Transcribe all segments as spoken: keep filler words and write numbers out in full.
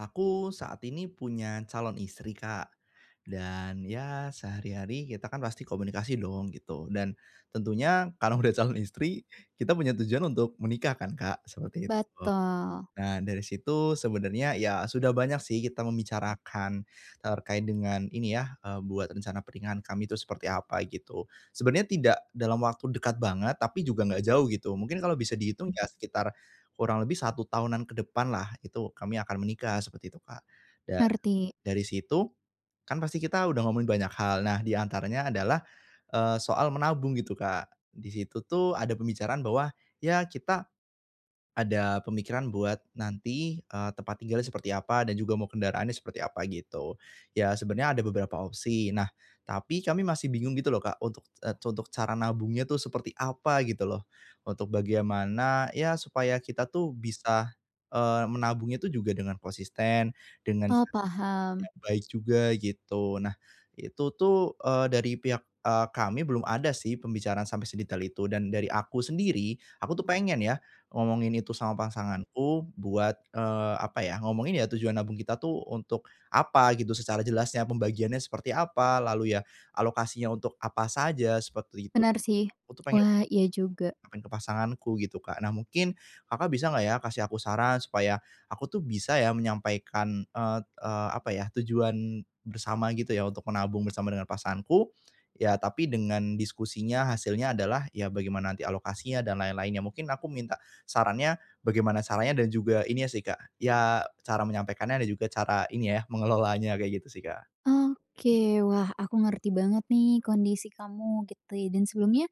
Aku saat ini punya calon istri, Kak. Dan ya sehari-hari kita kan pasti komunikasi dong gitu. Dan tentunya karena udah calon istri, kita punya tujuan untuk menikah kan, Kak, seperti itu. Betul, Nah, dari situ sebenarnya ya sudah banyak sih kita membicarakan terkait dengan ini ya, eee, buat rencana pernikahan kami itu seperti apa gitu. Sebenarnya tidak dalam waktu dekat banget, tapi juga nggak jauh gitu. Mungkin kalau bisa dihitung ya sekitar kurang lebih satu tahunan ke depan lah, itu kami akan menikah seperti itu, Kak. Dan ngerti. dari situ kan pasti kita udah ngomongin banyak hal. Nah, di antaranya adalah, eee, soal menabung gitu, Kak. Di situ tuh ada pembicaraan bahwa ya kita ada pemikiran buat nanti, eee, tempat tinggalnya seperti apa dan juga mau kendaraannya seperti apa gitu. Ya sebenarnya ada beberapa opsi. Nah, tapi kami masih bingung gitu loh Kak untuk, eee, untuk cara nabungnya tuh seperti apa gitu loh. Untuk bagian mana ya supaya kita tuh bisa, eee, menabungnya tuh juga dengan konsisten, dengan Oh, paham. yang baik juga gitu. Nah, itu tuh, eee, dari pihak, eee, kami belum ada sih pembicaraan sampai sedetail itu dan dari aku sendiri, aku tuh pengen ya ngomongin itu sama pasanganku buat, eee, apa ya, ngomongin ya tujuan nabung kita tuh untuk apa gitu secara jelasnya, pembagiannya seperti apa, lalu ya alokasinya untuk apa saja, seperti itu. Benar sih. Aku tuh pengen Wah, iya juga. ke pasanganku gitu, Kak. Nah mungkin Kakak bisa nggak ya kasih aku saran supaya aku tuh bisa ya menyampaikan, eee eee, apa ya, tujuan bersama gitu ya untuk menabung bersama dengan pasanganku, ya tapi dengan diskusinya hasilnya adalah ya bagaimana nanti alokasinya dan lain-lainnya. Mungkin aku minta sarannya bagaimana caranya dan juga ini ya sih, Kak, ya cara menyampaikannya dan juga cara ini ya mengelolanya kayak gitu sih, Kak. Oke, wah aku ngerti banget nih kondisi kamu gitu ya, dan sebelumnya,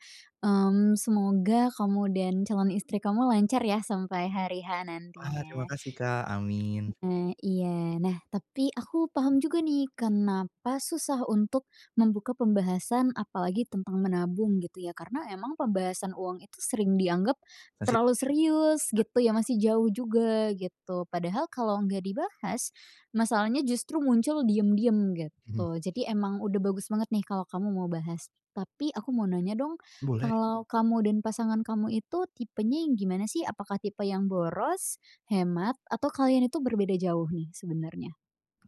mmm, semoga kamu dan calon istri kamu lancar ya sampai hari H Wah terima nantinya. kasih, Kak, amin. Nah, iya. Nah, tapi aku paham juga nih kenapa susah untuk membuka pembahasan apalagi tentang menabung gitu ya. Karena emang pembahasan uang itu sering dianggap Masih. terlalu serius gitu ya, masih jauh juga gitu. Padahal kalau nggak dibahas, masalahnya justru muncul diam-diam Mhm. gitu. Jadi emang udah bagus banget nih kalau kamu mau bahas. Tapi aku mau nanya dong, Boleh. kalau kamu dan pasangan kamu itu tipenya yang gimana sih? Apakah tipe yang boros, hemat, atau kalian itu berbeda jauh nih sebenarnya?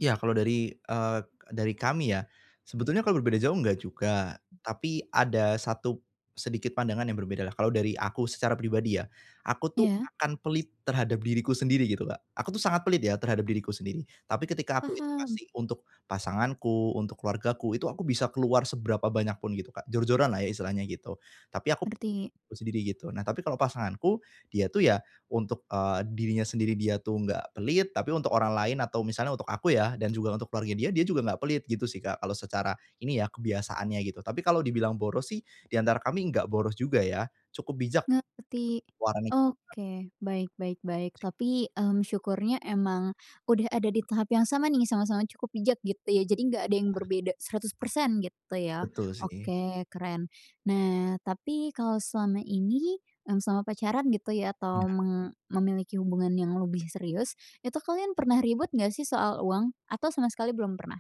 Ya kalau dari, eee, dari kami ya, sebetulnya kalau berbeda jauh nggak juga, tapi ada satu sedikit pandangan yang berbeda lah. Kalau dari aku secara pribadi ya, aku tuh Iya, akan pelit terhadap diriku sendiri gitu, Kak. Aku tuh sangat pelit ya terhadap diriku sendiri, tapi ketika aku itu paham, kasih untuk pasanganku, untuk keluargaku, itu aku bisa keluar seberapa banyak pun gitu, Kak, jor-joran lah ya istilahnya gitu. Tapi aku ngerti. sendiri gitu. Nah, tapi kalau pasanganku, dia tuh ya untuk, eee, dirinya sendiri dia tuh nggak pelit, tapi untuk orang lain atau misalnya untuk aku ya, dan juga untuk keluarga dia, dia juga nggak pelit gitu sih, Kak, kalau secara ini ya, kebiasaannya gitu. Tapi kalau dibilang boros sih, di antara kami nggak boros juga ya, cukup bijak Ngerti. pengeluarannya gitu Oke, baik baik baik. sih. Tapi, mmm, syukurnya emang udah ada di tahap yang sama nih, sama-sama cukup bijak gitu ya. Jadi nggak ada yang berbeda seratus persen gitu ya. Betul sih. Oke, keren. Nah, tapi kalau selama ini, mmm, selama pacaran gitu ya atau Iya. meng memiliki hubungan yang lebih serius, itu kalian pernah ribut nggak sih soal uang? Atau sama sekali belum pernah?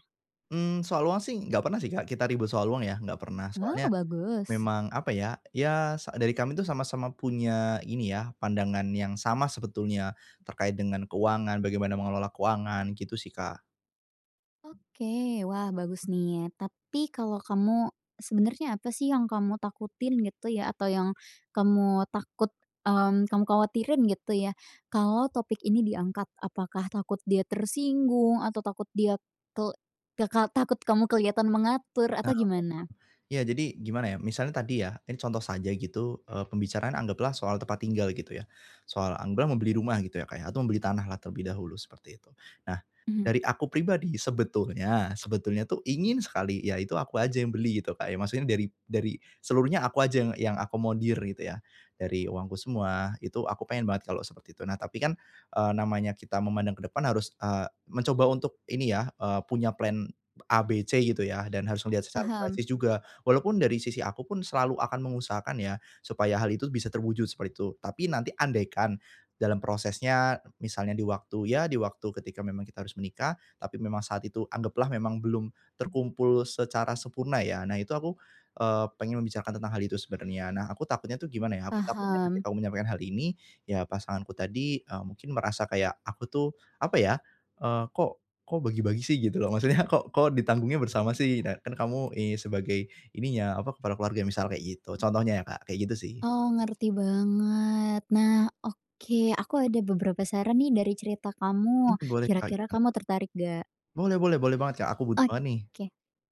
Mmm, soal uang sih nggak pernah sih, Kak, kita ribut soal uang ya, nggak pernah. Oh, Soalnya bagus. memang apa ya, ya sa dari kami tuh sama-sama punya ini ya, pandangan yang sama sebetulnya terkait dengan keuangan, bagaimana mengelola keuangan gitu sih, Kak. Oke, wah bagus nih, ya. Tapi kalau kamu sebenarnya apa sih yang kamu takutin gitu ya atau yang kamu takut, mmm, kamu khawatirin gitu ya kalau topik ini diangkat? Apakah takut dia tersinggung atau takut dia kel keka takut kamu kelihatan mengatur atau gimana? Ya, jadi gimana ya, misalnya tadi ya, ini contoh saja gitu, eee, pembicaraan anggaplah soal tempat tinggal gitu ya, soal anggaplah membeli rumah gitu ya, kayak atau membeli tanah lah terlebih dahulu seperti itu. Nah, Mhm, dari aku pribadi sebetulnya sebetulnya tuh ingin sekali ya itu aku aja yang beli gitu, kayak maksudnya dari dari seluruhnya aku aja yang yang akomodir gitu ya, dari uangku semua, itu aku pengen banget kalau seperti itu. Nah, tapi kan, eee, namanya kita memandang ke depan harus, eee, mencoba untuk ini ya, eee, punya plan A, B, C gitu ya, dan harus melihat secara paham realistis juga. Walaupun dari sisi aku pun selalu akan mengusahakan ya, supaya hal itu bisa terwujud seperti itu. Tapi nanti andaikan dalam prosesnya misalnya di waktu ya di waktu ketika memang kita harus menikah, tapi memang saat itu anggaplah memang belum terkumpul secara sempurna ya. Nah itu aku, eee, pengen membicarakan tentang hal itu sebenarnya. Nah aku takutnya tuh gimana ya, aku takutnya paham. ketika aku menyampaikan hal ini, ya pasanganku tadi, eee, mungkin merasa kayak aku tuh apa ya, eee, kok kok bagi-bagi sih gitu loh, maksudnya kok kok ditanggungnya bersama sih, nah kan kamu, eh sebagai ininya, apa, kepala keluarga misal kayak gitu, contohnya ya, Kak, kayak gitu sih. Oh, ngerti banget. Nah, oke, aku ada beberapa saran nih dari cerita kamu. Mhm, boleh, Kak, Kira-kira gimana? kamu tertarik ga? Boleh, boleh, boleh banget, Kak, aku butuh banget nih. Oke.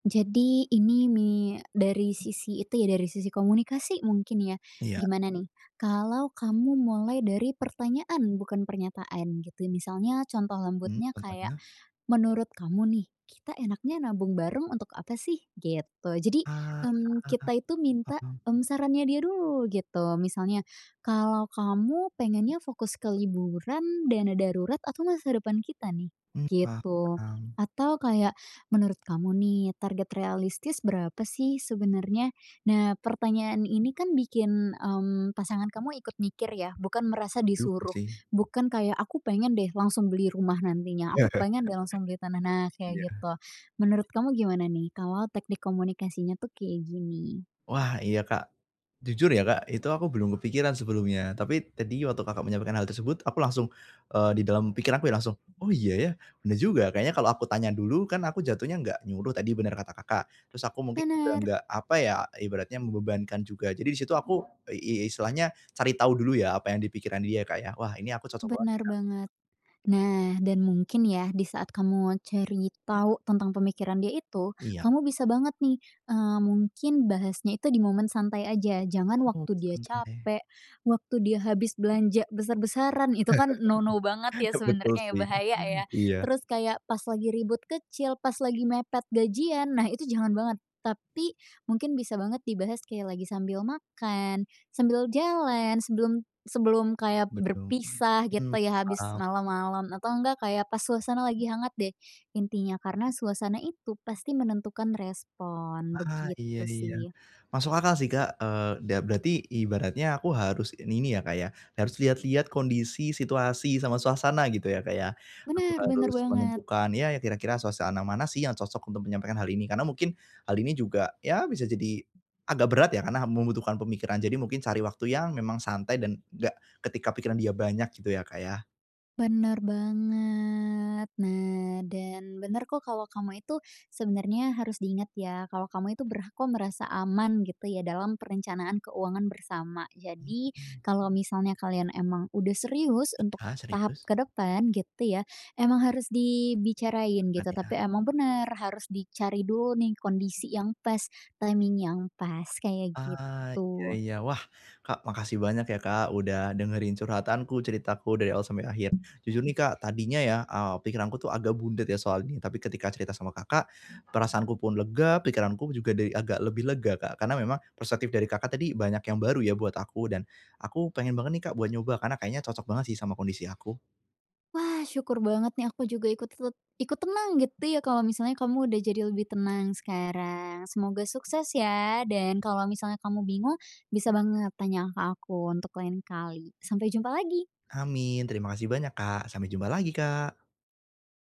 Jadi ini mi dari sisi itu ya, dari sisi komunikasi mungkin ya. Iya. Gimana nih, kalau kamu mulai dari pertanyaan bukan pernyataan gitu, misalnya contoh Mhm, lembutnya kayak, contohnya? "Menurut kamu nih, kita enaknya nabung bareng untuk apa sih?" Gitu. Jadi, Ah, mmm, kita itu minta, paham. mmm, sarannya dia dulu gitu. Misalnya, "Kalau kamu pengennya fokus ke liburan, dana darurat, atau masa depan kita nih?" mmm, Gitu. paham Atau kayak, "Menurut kamu nih, target realistis berapa sih sebenarnya?" Nah, pertanyaan ini kan bikin, mmm, pasangan kamu ikut mikir ya, bukan merasa juga disuruh. sih. Bukan kayak, "Aku pengen deh langsung beli rumah nantinya, aku pengen deh langsung beli tanah," nah kayak gitu. Menurut kamu gimana nih kalau teknik komunikasinya tuh kayak gini? Wah, iya, Kak. Jujur ya, Kak, itu aku belum kepikiran sebelumnya. Tapi tadi waktu Kakak menyampaikan hal tersebut, aku langsung, eee, di dalam pikiran aku ya langsung, "Oh, iya ya, bener juga." Kayaknya kalau aku tanya dulu kan aku jatuhnya nggak nyuruh tadi bener kata Kakak. Terus aku mungkin juga Benar, nggak, apa ya, ibaratnya membebankan juga. Jadi di situ aku i i istilahnya cari tahu dulu ya apa yang di pikiran dia, Kak, ya. Wah, ini aku cocok banget benar nih, Kak. banget. Nah, dan mungkin ya di saat kamu cari tahu tentang pemikiran dia itu, Iya. kamu bisa banget nih, eee, mungkin bahasnya itu di momen santai aja, jangan Oh, waktu dia santai. capek, waktu dia habis belanja besar-besaran, itu kan no-no banget ya Betul sebenarnya ya, sih. bahaya ya. Iya, Terus kayak pas lagi ribut kecil, pas lagi mepet gajian, nah itu jangan banget. Tapi mungkin bisa banget dibahas kayak lagi sambil makan, sambil jalan, sebelum sebelum kayak betul. berpisah gitu Mmm, ya habis paham. malam-malam atau enggak kayak pas suasana lagi hangat deh intinya, karena suasana itu pasti menentukan respon, Ah, iya, begitu iya. sih. Masuk akal sih, Kak, eee, da berarti ibaratnya aku harus ini ini ya, Kak, ya, harus lihat-lihat kondisi, situasi, sama suasana gitu ya, Kak, ya. Aku Benar benar harus banget. menentukan, ya ya kira-kira suasana mana sih yang cocok untuk menyampaikan hal ini. Karena mungkin hal ini juga, ya bisa jadi agak berat ya, karena membutuhkan pemikiran. Jadi mungkin cari waktu yang memang santai dan enggak ketika pikiran dia banyak gitu ya, Kak, ya. Bener banget. Nah, dan bener kok kalau kamu itu sebenarnya harus diingat ya, kalau kamu itu berhak kok merasa aman gitu ya dalam perencanaan keuangan bersama. Jadi, kalau misalnya kalian emang udah serius untuk Iya, tahap serius, ke depan gitu ya, emang harus dibicarain kan gitu. ya. Tapi emang bener harus dicari dulu nih kondisi yang pas, timing yang pas kayak Ah, iya, gitu. iya. Wah, Kak, makasih banyak ya, Kak, udah dengerin curhatanku, ceritaku dari awal sampai akhir. Jujur nih, Kak, tadinya ya, eee, pikiranku tuh agak bundet ya soal ini, tapi ketika cerita sama Kakak, perasaanku pun lega, pikiranku juga dari agak lebih lega, Kak, karena memang perspektif dari Kakak tadi banyak yang baru ya buat aku dan aku pengen banget nih, Kak, buat nyoba karena kayaknya cocok banget sih sama kondisi aku. Wah, syukur banget nih aku juga ikut tet ikut tenang gitu ya kalau misalnya kamu udah jadi lebih tenang sekarang. Semoga sukses ya dan kalau misalnya kamu bingung bisa banget tanya ke aku untuk lain kali. Sampai jumpa lagi. Amin, terima kasih banyak, Kak. Sampai jumpa lagi, Kak.